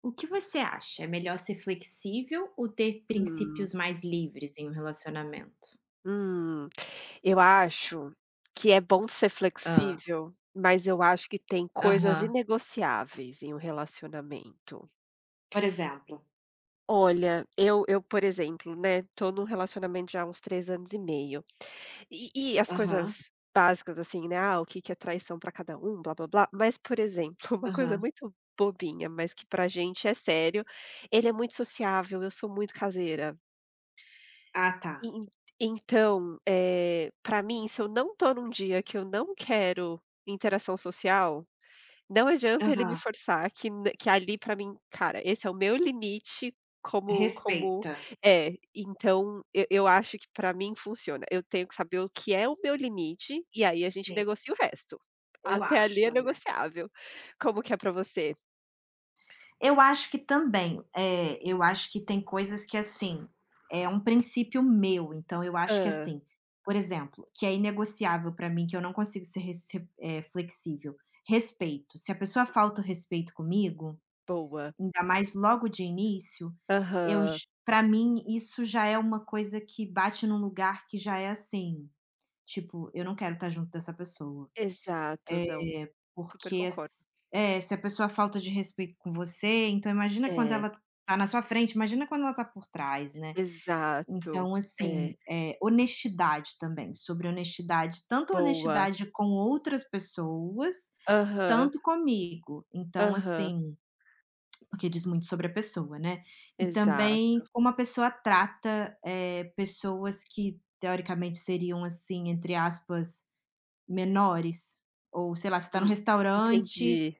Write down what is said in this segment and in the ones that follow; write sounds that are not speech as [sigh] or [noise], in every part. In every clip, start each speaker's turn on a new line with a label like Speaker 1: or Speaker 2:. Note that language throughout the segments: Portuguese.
Speaker 1: O que você acha? É melhor ser flexível ou ter
Speaker 2: Hum,
Speaker 1: princípios mais livres em um relacionamento?
Speaker 2: hum. Eu acho que é bom ser
Speaker 1: Ah.
Speaker 2: flexível, mas eu acho que tem coisas
Speaker 1: Aham.
Speaker 2: inegociáveis em um relacionamento.
Speaker 1: Por exemplo.
Speaker 2: Olha, eu, por exemplo, né, tô num relacionamento já há uns 3 anos e meio, e as coisas
Speaker 1: Aham,
Speaker 2: básicas, assim, né, ah, o que que é traição para cada um, blá-blá-blá, mas, por exemplo, [laughs] uma coisa
Speaker 1: aham.
Speaker 2: muito bobinha, mas que pra gente é sério, ele é muito sociável, eu sou muito caseira.
Speaker 1: Ah, tá.
Speaker 2: En Então, pra mim, se eu não tô num dia que eu não quero interação social, não adianta ele me
Speaker 1: Aham.
Speaker 2: forçar que ali pra mim, cara, esse é o meu limite como
Speaker 1: Respeita.
Speaker 2: é, então eu acho que pra mim funciona. Eu tenho que saber o que é o meu limite e aí a gente
Speaker 1: Sim,
Speaker 2: negocia o resto.
Speaker 1: eu
Speaker 2: Até ali
Speaker 1: acho
Speaker 2: é
Speaker 1: também.
Speaker 2: negociável. Como que é pra você?
Speaker 1: Eu acho que também. É, eu acho que tem coisas que, assim, é um princípio meu, então eu acho que,
Speaker 2: Hã,
Speaker 1: assim, por exemplo, que é inegociável pra mim, que eu não consigo ser flexível. Respeito. Se a pessoa falta o respeito comigo.
Speaker 2: boa.
Speaker 1: Ainda mais logo de início, eu
Speaker 2: Aham,
Speaker 1: para mim isso já é uma coisa que bate num lugar que já é assim, tipo, eu não quero estar junto dessa pessoa.
Speaker 2: exato, não,
Speaker 1: É,
Speaker 2: super
Speaker 1: porque
Speaker 2: concordo.
Speaker 1: se a pessoa falta de respeito com você, então imagina quando
Speaker 2: É.
Speaker 1: ela tá na sua frente, imagina quando ela tá por trás, né.
Speaker 2: Exato.
Speaker 1: Então
Speaker 2: É,
Speaker 1: assim, honestidade também, sobre honestidade, tanto
Speaker 2: boa.
Speaker 1: honestidade com outras pessoas,
Speaker 2: Aham,
Speaker 1: tanto comigo. Então
Speaker 2: aham,
Speaker 1: assim, porque diz muito sobre a pessoa, né. E
Speaker 2: exato.
Speaker 1: também como a pessoa trata, pessoas que teoricamente seriam, assim, entre aspas, menores, ou sei lá, você tá no
Speaker 2: Hum,
Speaker 1: restaurante,
Speaker 2: entendi.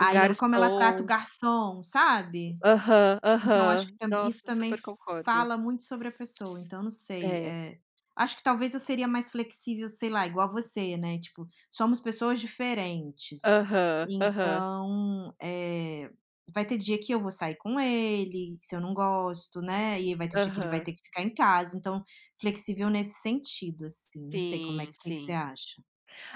Speaker 2: Um
Speaker 1: ela, como ela trata o
Speaker 2: garçom.
Speaker 1: garçom, sabe?
Speaker 2: Aham,
Speaker 1: Então acho que
Speaker 2: aham.
Speaker 1: tam isso
Speaker 2: Nossa,
Speaker 1: também
Speaker 2: super concordo.
Speaker 1: fala muito sobre a pessoa, então não sei.
Speaker 2: É.
Speaker 1: Acho que talvez eu seria mais flexível, sei lá, igual você, né, tipo, somos pessoas diferentes,
Speaker 2: Aham, aham,
Speaker 1: então, vai ter dia que eu vou sair com ele, se eu não gosto, né, e vai ter dia que ele vai
Speaker 2: aham.
Speaker 1: ter que ficar em casa, então flexível nesse sentido, assim, não sei como é
Speaker 2: Sim,
Speaker 1: que você
Speaker 2: sim.
Speaker 1: acha?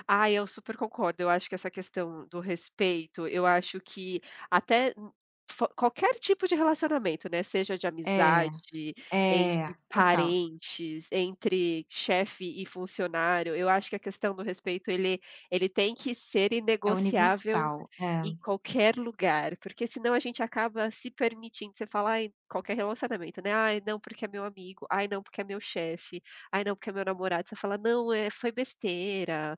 Speaker 2: Ah, eu super concordo. Eu acho que essa questão do respeito, eu acho que até n- fo qualquer tipo de relacionamento, né, seja de
Speaker 1: É,
Speaker 2: amizade, entre
Speaker 1: é, total.
Speaker 2: parentes, entre chefe e funcionário, eu acho que a questão do respeito ele tem que ser
Speaker 1: É
Speaker 2: inegociável
Speaker 1: universal. É,
Speaker 2: em qualquer lugar, porque senão a gente acaba se permitindo, você fala: "Ai", qualquer relacionamento, né, "Ai, não, porque é meu amigo. Ai, não, porque é meu chefe. Ai, não, porque é meu namorado". Você fala: "Não, é, foi besteira.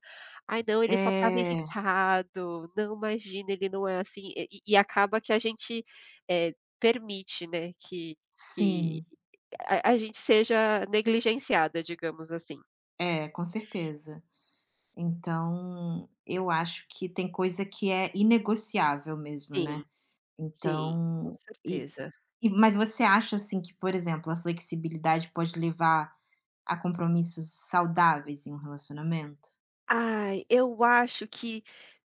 Speaker 2: Ai, não, ele só estava
Speaker 1: é,
Speaker 2: irritado. Não, imagina, ele não é assim". E acaba que a gente, eh, permite, né, que
Speaker 1: sim,
Speaker 2: a gente seja negligenciada, digamos assim.
Speaker 1: é, com certeza. Então, eu acho que tem coisa que é inegociável mesmo, né.
Speaker 2: Sim, sim, com
Speaker 1: Então, e
Speaker 2: certeza.
Speaker 1: mas você acha, assim, que, por exemplo, a flexibilidade pode levar a compromissos saudáveis em um relacionamento?
Speaker 2: Ai, eu acho que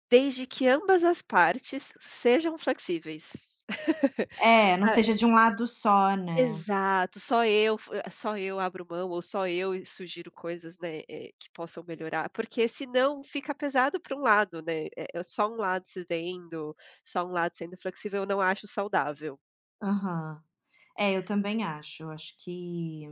Speaker 2: desde que ambas as partes sejam flexíveis. [laughs]
Speaker 1: É, não seja de um lado só, né.
Speaker 2: Exato, só eu abro mão ou só eu sugiro coisas, né, que possam melhorar, porque senão fica pesado para um lado, né, só um lado cedendo, só um lado sendo flexível, eu não acho saudável.
Speaker 1: Aham. É, eu também acho. Eu acho que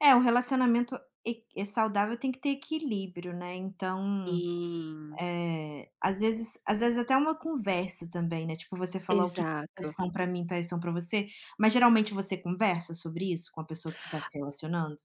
Speaker 1: é, um relacionamento e saudável tem que ter equilíbrio, né, então.
Speaker 2: Sim,
Speaker 1: É, às vezes, até uma conversa também, né, tipo, você falar o que: "Tais
Speaker 2: exato.
Speaker 1: são pra mim, tais são pra você", mas geralmente você conversa sobre isso com a pessoa que você tá se relacionando?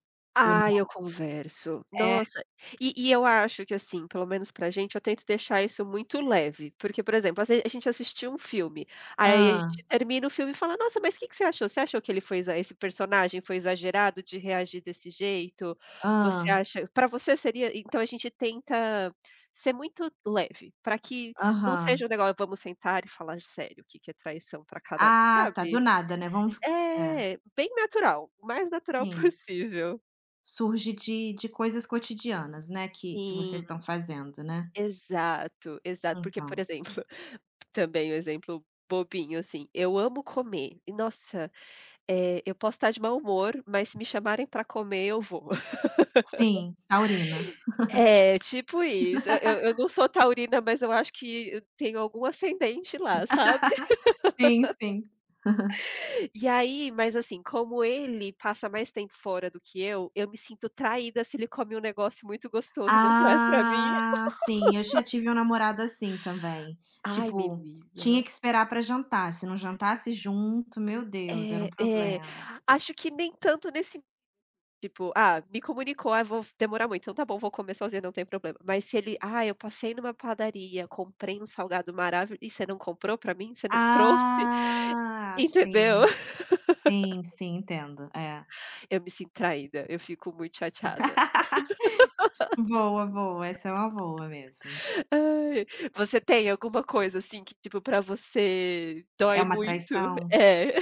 Speaker 1: Ou
Speaker 2: Ah,
Speaker 1: não?
Speaker 2: eu converso.
Speaker 1: É.
Speaker 2: Nossa, e eu acho que, assim, pelo menos pra gente, eu tento deixar isso muito leve, porque, por exemplo, às vezes a gente assistiu um filme, aí a
Speaker 1: Hã,
Speaker 2: gente termina o filme e fala: "Nossa, mas o que que você achou? Você achou que ele foi exa esse personagem foi exagerado de reagir desse jeito? Você
Speaker 1: hã,
Speaker 2: acha", pra você seria, então a gente tenta ser muito leve, pra que não seja
Speaker 1: aham.
Speaker 2: um negócio vamos sentar e falar sério o que que é traição pra cada um,
Speaker 1: Ah, tá, do
Speaker 2: sabe?
Speaker 1: nada, né, vamos, é,
Speaker 2: É, bem natural, o mais natural
Speaker 1: sim.
Speaker 2: [laughs] possível.
Speaker 1: Surge de coisas cotidianas, né, que vocês
Speaker 2: Sim.
Speaker 1: estão fazendo, né.
Speaker 2: Exato, exato. Porque, por
Speaker 1: Então.
Speaker 2: exemplo, [laughs] também um exemplo bobinho, assim, eu amo comer e nossa, eu posso estar de mau humor, mas se me chamarem para comer eu vou. [laughs]
Speaker 1: Sim, taurina.
Speaker 2: É, tipo isso. Eu não sou taurina, mas eu acho que eu tenho algum ascendente lá, sabe.
Speaker 1: [laughs] Sim, sim.
Speaker 2: E aí, mas assim, como ele passa mais tempo fora do que eu me sinto traída se ele come um negócio muito gostoso e não traz para mim. [laughs]
Speaker 1: Ah, sim, eu já tive um namorado assim também.
Speaker 2: Ai,
Speaker 1: Tipo,
Speaker 2: menina.
Speaker 1: tinha que esperar pra jantar, se não jantasse junto, meu Deus, era um
Speaker 2: É, é.
Speaker 1: problema.
Speaker 2: Acho que nem tanto nesse. Tipo, ah, me comunicou, ah, vou demorar muito, então tá bom, vou comer sozinha, não tem problema. Mas se ele: "Ah, eu passei numa padaria, comprei um salgado maravilhoso e você não comprou pra mim? Você não trouxe?", [laughs]
Speaker 1: Ah,
Speaker 2: entendeu?
Speaker 1: sim, sim, sim, entendo, é.
Speaker 2: Eu me sinto traída, eu fico muito chateada.
Speaker 1: [laughs] Boa, boa, essa é uma boa mesmo.
Speaker 2: Ai, você tem alguma coisa, assim, que, tipo, pra você
Speaker 1: É
Speaker 2: dói
Speaker 1: uma
Speaker 2: muito?
Speaker 1: traição?
Speaker 2: É.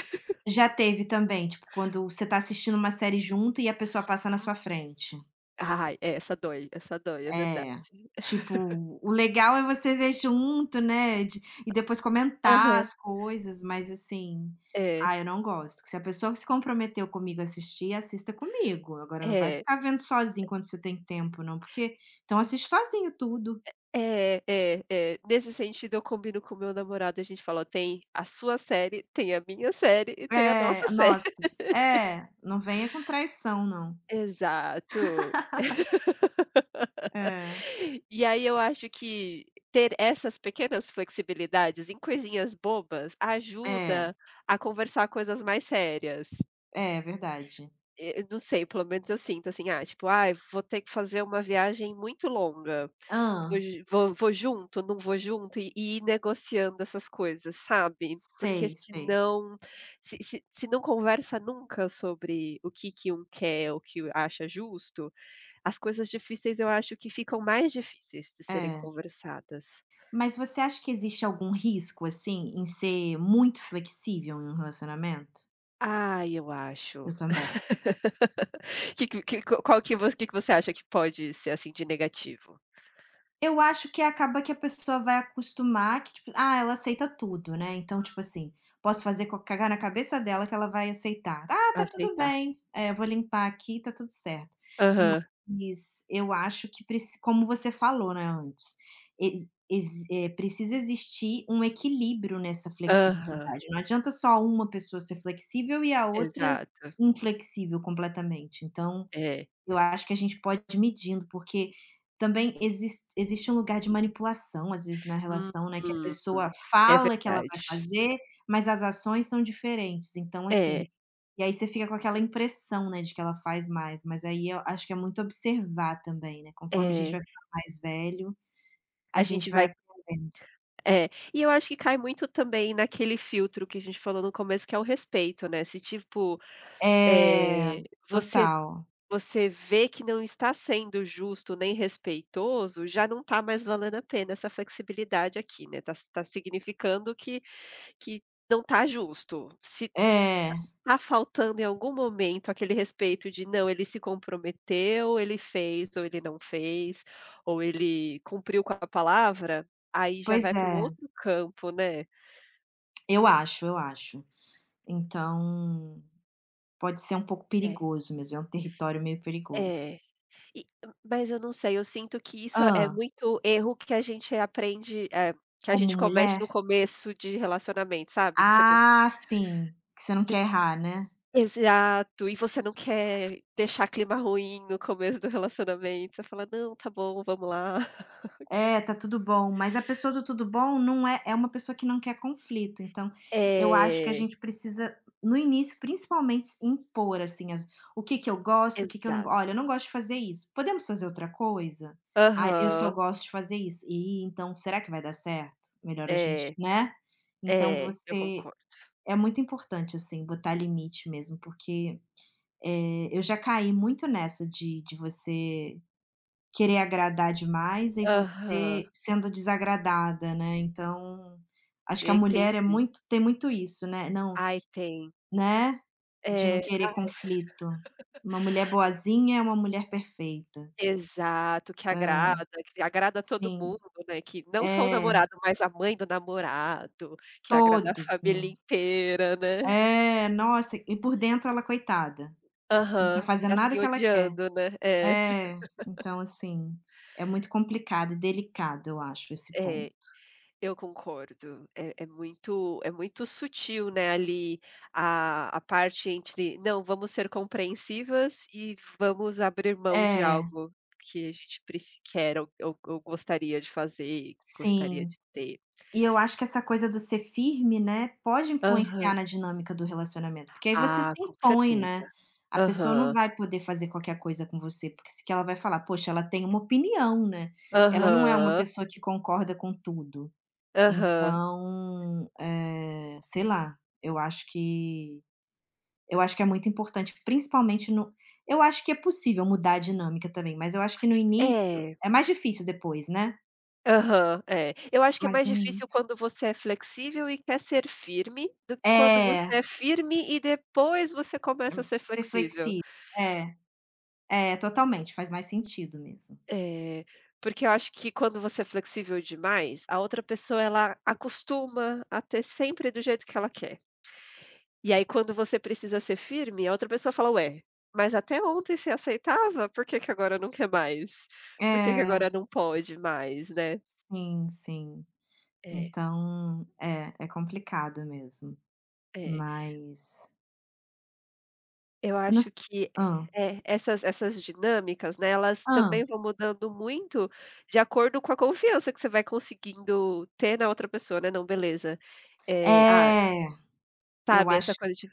Speaker 1: Já teve também, tipo, quando você tá assistindo uma série junto e a pessoa passa na sua
Speaker 2: [laughs]
Speaker 1: frente.
Speaker 2: Ai, é, essa dói, é verdade.
Speaker 1: É, tipo, o legal é você ver junto, né, de e depois comentar
Speaker 2: Aham.
Speaker 1: as coisas, mas assim,
Speaker 2: É,
Speaker 1: ah, eu não gosto. Se a pessoa que se comprometeu comigo a assistir, assista comigo, agora não vai
Speaker 2: é.
Speaker 1: ficar vendo sozinho quando você tem tempo, não, porque então assiste sozinho tudo.
Speaker 2: É, é, é. Nesse sentido, eu combino com o meu namorado, a gente fala: "Ó, tem a sua série, tem a minha série e tem a nossa
Speaker 1: É,
Speaker 2: série".
Speaker 1: nossa.
Speaker 2: [laughs]
Speaker 1: É, não venha com traição, não.
Speaker 2: Exato.
Speaker 1: É,
Speaker 2: E aí eu acho que ter essas pequenas flexibilidades em coisinhas bobas
Speaker 1: é,
Speaker 2: ajuda a conversar coisas mais sérias.
Speaker 1: é verdade.
Speaker 2: Eu não sei, pelo menos eu sinto assim: "Ah, tipo, ah, vou ter que fazer uma viagem muito longa". Eu
Speaker 1: Hã,
Speaker 2: j vou vou junto, não vou junto, e ir negociando essas coisas, sabe. Porque
Speaker 1: sei, sei.
Speaker 2: senão, se não conversa nunca sobre o que que um quer, o que acha justo, as coisas difíceis eu acho que ficam mais difíceis de serem
Speaker 1: É.
Speaker 2: conversadas.
Speaker 1: Mas você acha que existe algum risco, assim, em ser muito flexível em um relacionamento?
Speaker 2: Ah, eu acho.
Speaker 1: Eu também.
Speaker 2: [laughs] Que qual que vo que você acha que pode ser, assim, de negativo?
Speaker 1: Eu acho que acaba que a pessoa vai acostumar que, tipo, ah, ela aceita tudo, né, então, tipo assim, posso fazer co cagar na cabeça dela que ela vai aceitar. "Ah, tá tudo
Speaker 2: Aceitar.
Speaker 1: bem, eh, vou limpar aqui, tá tudo certo".
Speaker 2: Aham,
Speaker 1: Isso, eu acho que preci como você falou, né, antes, ex ex precisa existir um equilíbrio nessa
Speaker 2: aham,
Speaker 1: flexibilidade, não adianta só uma pessoa ser flexível e a outra
Speaker 2: exato.
Speaker 1: inflexível completamente, então
Speaker 2: É.
Speaker 1: eu acho que a gente pode ir medindo, porque também existe um lugar de manipulação, às vezes, na relação, né, que a
Speaker 2: Uhum.
Speaker 1: pessoa
Speaker 2: É
Speaker 1: fala que ela
Speaker 2: verdade.
Speaker 1: vai fazer, mas as ações são diferentes. Então,
Speaker 2: É,
Speaker 1: assim, e aí você fica com aquela impressão, né, de que ela faz mais, mas aí eu acho que é muito observar também, né, conforme a gente
Speaker 2: é.
Speaker 1: vai ficando mais velho, a
Speaker 2: A
Speaker 1: gente
Speaker 2: gente
Speaker 1: vai
Speaker 2: vai,
Speaker 1: aprendendo.
Speaker 2: é. E eu acho que cai muito também naquele filtro que a gente falou no começo, que é o respeito, né, se tipo,
Speaker 1: É,
Speaker 2: eh, você
Speaker 1: total.
Speaker 2: você vê que não está sendo justo nem respeitoso, já não está mais valendo a pena essa flexibilidade aqui, né, tá significando que que não está justo. Se
Speaker 1: É,
Speaker 2: Tá faltando em algum momento aquele respeito de, não, ele se comprometeu, ele fez ou ele não fez, ou ele cumpriu com a palavra, aí já
Speaker 1: pois
Speaker 2: vai para um
Speaker 1: é,
Speaker 2: outro campo, né.
Speaker 1: eu acho, eu acho. Então, pode ser um pouco
Speaker 2: É,
Speaker 1: perigoso mesmo, é um território meio perigoso.
Speaker 2: é. E, mas eu não sei, eu sinto que isso é
Speaker 1: Hã,
Speaker 2: muito erro que a gente aprende, que a
Speaker 1: como
Speaker 2: gente comete
Speaker 1: mulher?
Speaker 2: no começo de relacionamento, sabe, que você não,
Speaker 1: Ah, sim, que você não quer errar, né.
Speaker 2: exato, e você não quer deixar clima ruim no começo do relacionamento, você fala: "Não, tá bom, vamos lá".
Speaker 1: É, tá tudo bom, mas a pessoa do tudo bom não é, é uma pessoa que não quer conflito, então eu acho que a
Speaker 2: É.
Speaker 1: gente precisa, no início, principalmente, impor, assim, as, o que que eu gosto, o que que eu não go
Speaker 2: Exato.
Speaker 1: "Olha, eu não gosto de fazer isso, podemos fazer outra coisa? Ah, eu só
Speaker 2: Aham.
Speaker 1: gosto de fazer isso". E então será que vai dar certo? Melhor a gente",
Speaker 2: É,
Speaker 1: né. Então,
Speaker 2: é, eu
Speaker 1: você
Speaker 2: concordo.
Speaker 1: é muito importante, assim, botar limite mesmo, porque, eu já caí muito nessa de você querer agradar demais e
Speaker 2: Aham,
Speaker 1: você sendo desagradada, né, então, acho que
Speaker 2: eu
Speaker 1: a mulher é
Speaker 2: entendi.
Speaker 1: muito, tem muito isso, né, não,
Speaker 2: Ai, tem.
Speaker 1: né, de não
Speaker 2: É,
Speaker 1: querer
Speaker 2: ah,
Speaker 1: conflito. Uma mulher boazinha é uma mulher perfeita.
Speaker 2: exato,
Speaker 1: É,
Speaker 2: que agrada todo
Speaker 1: sim.
Speaker 2: mundo, né, que não só o
Speaker 1: É,
Speaker 2: namorado, mas a mãe do namorado, que agrada a
Speaker 1: todos, né.
Speaker 2: família inteira, né.
Speaker 1: É, nossa, e por dentro ela, coitada, não tá
Speaker 2: Aham, tá
Speaker 1: fazendo nada
Speaker 2: assim
Speaker 1: que ela quer.
Speaker 2: odiando, né. É,
Speaker 1: É, então assim, é muito complicado e delicado, eu acho, esse
Speaker 2: é.
Speaker 1: ponto.
Speaker 2: Eu concordo, é muito sutil, né, ali, a parte entre: "Não, vamos ser compreensivas e vamos abrir mão de
Speaker 1: É,
Speaker 2: algo que a gente preci quer ou gostaria de fazer, gostaria
Speaker 1: sim.
Speaker 2: de ter".
Speaker 1: E eu acho que essa coisa do ser firme, né, pode
Speaker 2: Aham.
Speaker 1: influenciar na dinâmica do relacionamento, porque aí você se
Speaker 2: Ah, com
Speaker 1: impõe,
Speaker 2: certeza.
Speaker 1: né. A pessoa não
Speaker 2: Aham,
Speaker 1: vai poder fazer qualquer coisa com você, porque se que ela vai falar: "Poxa, ela tem uma opinião, né, ela não é uma
Speaker 2: aham,
Speaker 1: pessoa que concorda com tudo".
Speaker 2: aham.
Speaker 1: Então, sei lá, eu acho que Eu acho que é muito importante, principalmente no eu acho que é possível mudar a dinâmica também, mas eu acho que no início
Speaker 2: É.
Speaker 1: é mais difícil depois, né,
Speaker 2: Aham, é. Eu acho que é
Speaker 1: mas
Speaker 2: mais
Speaker 1: no
Speaker 2: difícil
Speaker 1: início.
Speaker 2: quando você é flexível e quer ser firme, do que quando você
Speaker 1: É,
Speaker 2: é firme e depois você começa a ser
Speaker 1: ser
Speaker 2: flexível.
Speaker 1: flexível. É, é, totalmente, faz mais sentido mesmo.
Speaker 2: É, porque eu acho que quando você é flexível demais, a outra pessoa ela acostuma a ter sempre do jeito que ela quer. E aí quando você precisa ser firme, a outra pessoa fala: "Ué, mas até ontem você aceitava, por que que agora não quer mais? Por que que
Speaker 1: É,
Speaker 2: agora não pode mais?", né.
Speaker 1: sim, sim.
Speaker 2: É,
Speaker 1: Então, é, é complicado mesmo,
Speaker 2: é.
Speaker 1: mas
Speaker 2: Eu
Speaker 1: eu não
Speaker 2: acho
Speaker 1: s
Speaker 2: que
Speaker 1: hã,
Speaker 2: é, essas dinâmicas, né, elas também
Speaker 1: hã.
Speaker 2: vão mudando muito de acordo com a confiança que você vai conseguindo ter na outra pessoa, né, "Não, beleza", ah,
Speaker 1: É, eu
Speaker 2: sabe, essa
Speaker 1: acho,
Speaker 2: coisa de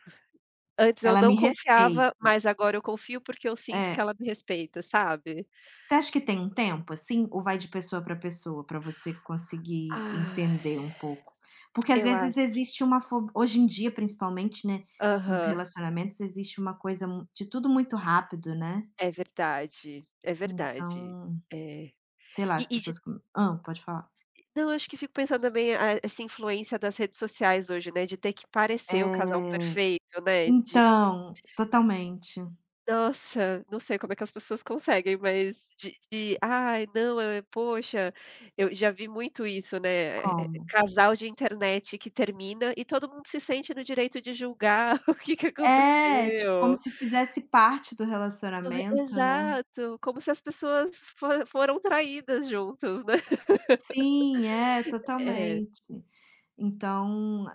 Speaker 2: antes eu
Speaker 1: ela
Speaker 2: não
Speaker 1: me
Speaker 2: confiava,
Speaker 1: respeita.
Speaker 2: mas agora eu confio porque eu sinto que
Speaker 1: É.
Speaker 2: ela me respeita, sabe.
Speaker 1: Você acha que tem um tempo, assim, ou vai de pessoa para pessoa para você conseguir
Speaker 2: Ah,
Speaker 1: entender um pouco? Porque às
Speaker 2: eu
Speaker 1: vezes
Speaker 2: acho,
Speaker 1: existe uma fo, hoje em dia principalmente, né, nos
Speaker 2: aham,
Speaker 1: relacionamentos existe uma coisa mu de tudo muito rápido, né,
Speaker 2: é verdade, é verdade.
Speaker 1: então,
Speaker 2: É.
Speaker 1: sei lá,
Speaker 2: E
Speaker 1: as
Speaker 2: e de,
Speaker 1: pessoas pode falar.
Speaker 2: não, acho que fico pensando também a essa influência das redes sociais hoje, né, de ter que parecer o casal
Speaker 1: Eh,
Speaker 2: perfeito, né.
Speaker 1: então, totalmente.
Speaker 2: Nossa, não sei como é que as pessoas conseguem, mas de: "Ai, não, poxa", eu já vi muito isso, né,
Speaker 1: Como?
Speaker 2: casal de internet que termina e todo mundo se sente no direito de julgar [laughs] o que que
Speaker 1: É, tipo, como
Speaker 2: aconteceu.
Speaker 1: se fizesse parte do relacionamento, né.
Speaker 2: Exato, como se as pessoas fo foram traídas juntos, né.
Speaker 1: Sim, é,
Speaker 2: É.
Speaker 1: totalmente. Então,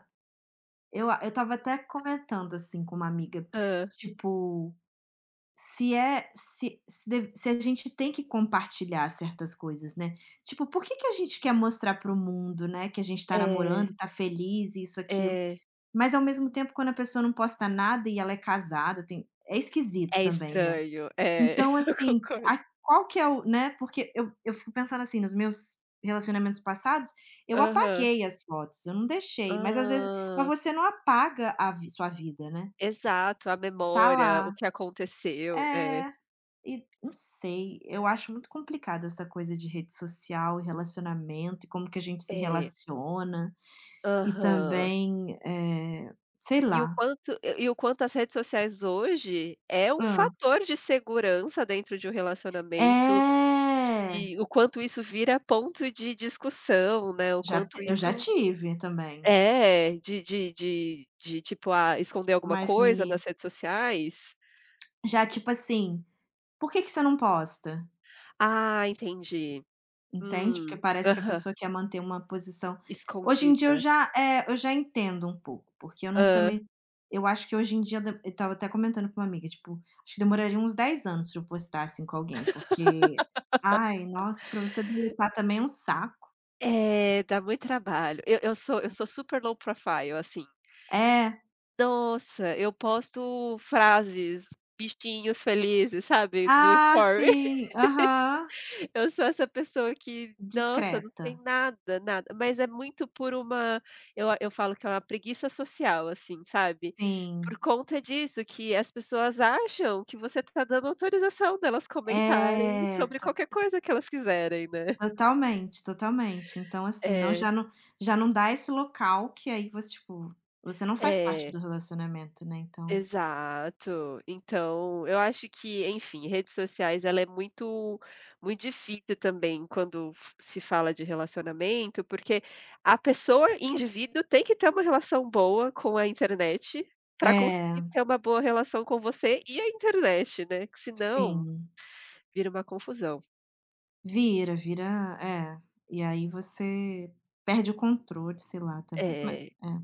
Speaker 1: Eu estava até comentando, assim, com uma amiga,
Speaker 2: Hã.
Speaker 1: tipo, se é se deve, se a gente tem que compartilhar certas coisas, né, tipo, por que que a gente quer mostrar para o mundo, né, que a gente tá
Speaker 2: É,
Speaker 1: namorando, tá feliz, isso, aquilo,
Speaker 2: é,
Speaker 1: mas ao mesmo tempo quando a pessoa não posta nada e ela é casada, tem, é esquisito
Speaker 2: é
Speaker 1: também, né.
Speaker 2: estranho. É,
Speaker 1: Então,
Speaker 2: [laughs] eu
Speaker 1: assim,
Speaker 2: concordo.
Speaker 1: a qual que é o né, porque eu fico pensando assim, nos meus relacionamentos passados, eu
Speaker 2: Aham.
Speaker 1: apaguei as fotos, eu não deixei, mas às vezes, mas
Speaker 2: Ah,
Speaker 1: você não apaga a vi sua vida, né,
Speaker 2: exato, a
Speaker 1: tá
Speaker 2: memória, o
Speaker 1: lá.
Speaker 2: que aconteceu. É.
Speaker 1: É, e não sei, eu acho muito complicado essa coisa de rede social e relacionamento e como que a gente se
Speaker 2: É.
Speaker 1: relaciona, e
Speaker 2: Aham.
Speaker 1: também, sei
Speaker 2: E o
Speaker 1: lá.
Speaker 2: quanto e o quanto as redes sociais hoje é um
Speaker 1: Hã.
Speaker 2: fator de segurança dentro de um relacionamento,
Speaker 1: É,
Speaker 2: e o quanto isso vira ponto de discussão, né, o
Speaker 1: já
Speaker 2: quanto
Speaker 1: eu já
Speaker 2: isso
Speaker 1: tive também,
Speaker 2: é, de tipo, ah, esconder alguma
Speaker 1: mas no
Speaker 2: coisa nas
Speaker 1: início.
Speaker 2: redes sociais?
Speaker 1: Já, tipo assim: "Por que que você não posta?",
Speaker 2: Ah, entendi.
Speaker 1: entende? Porque
Speaker 2: Hum.
Speaker 1: parece que a
Speaker 2: Aham.
Speaker 1: pessoa quer manter uma posição. Hoje em dia eu
Speaker 2: Escondida.
Speaker 1: já, eu já entendo um pouco, porque eu não
Speaker 2: Hã.
Speaker 1: também, eu acho que hoje em dia, de eu estava até comentando com uma amiga, tipo, acho que demoraria uns 10 anos pra eu postar, assim, com alguém, porque, ai, nossa, pra você deletar também é um saco.
Speaker 2: É, dá muito trabalho. Eu sou super low profile, assim.
Speaker 1: É.
Speaker 2: Nossa, eu posto frases, bichinhos felizes, sabe, no
Speaker 1: Ah,
Speaker 2: story. [laughs]
Speaker 1: sim. Aham.
Speaker 2: Eu sou essa pessoa que, nossa, não tem
Speaker 1: Discreta.
Speaker 2: nada, nada, mas é muito por uma, eu falo que é uma preguiça social, assim, sabe. Por
Speaker 1: Sim.
Speaker 2: conta disso que as pessoas acham que você tá dando autorização delas comentarem
Speaker 1: É.
Speaker 2: sobre qualquer coisa que elas quiserem, né.
Speaker 1: Totalmente, totalmente. Então, assim, não,
Speaker 2: É,
Speaker 1: já não, já não dá esse local que aí você, tipo, você não faz parte
Speaker 2: é.
Speaker 1: do relacionamento, né, então.
Speaker 2: Exato. Então, eu acho que, enfim, redes sociais ela é muito muito difícil também quando f se fala de relacionamento, porque a pessoa, indivíduo, tem que ter uma relação boa com a internet para
Speaker 1: É,
Speaker 2: conseguir ter uma boa relação com você e a internet, né, que senão
Speaker 1: sim.
Speaker 2: vira uma confusão.
Speaker 1: Vira, vira, é. E aí você perde o controle, sei lá, também,
Speaker 2: É.
Speaker 1: mas é.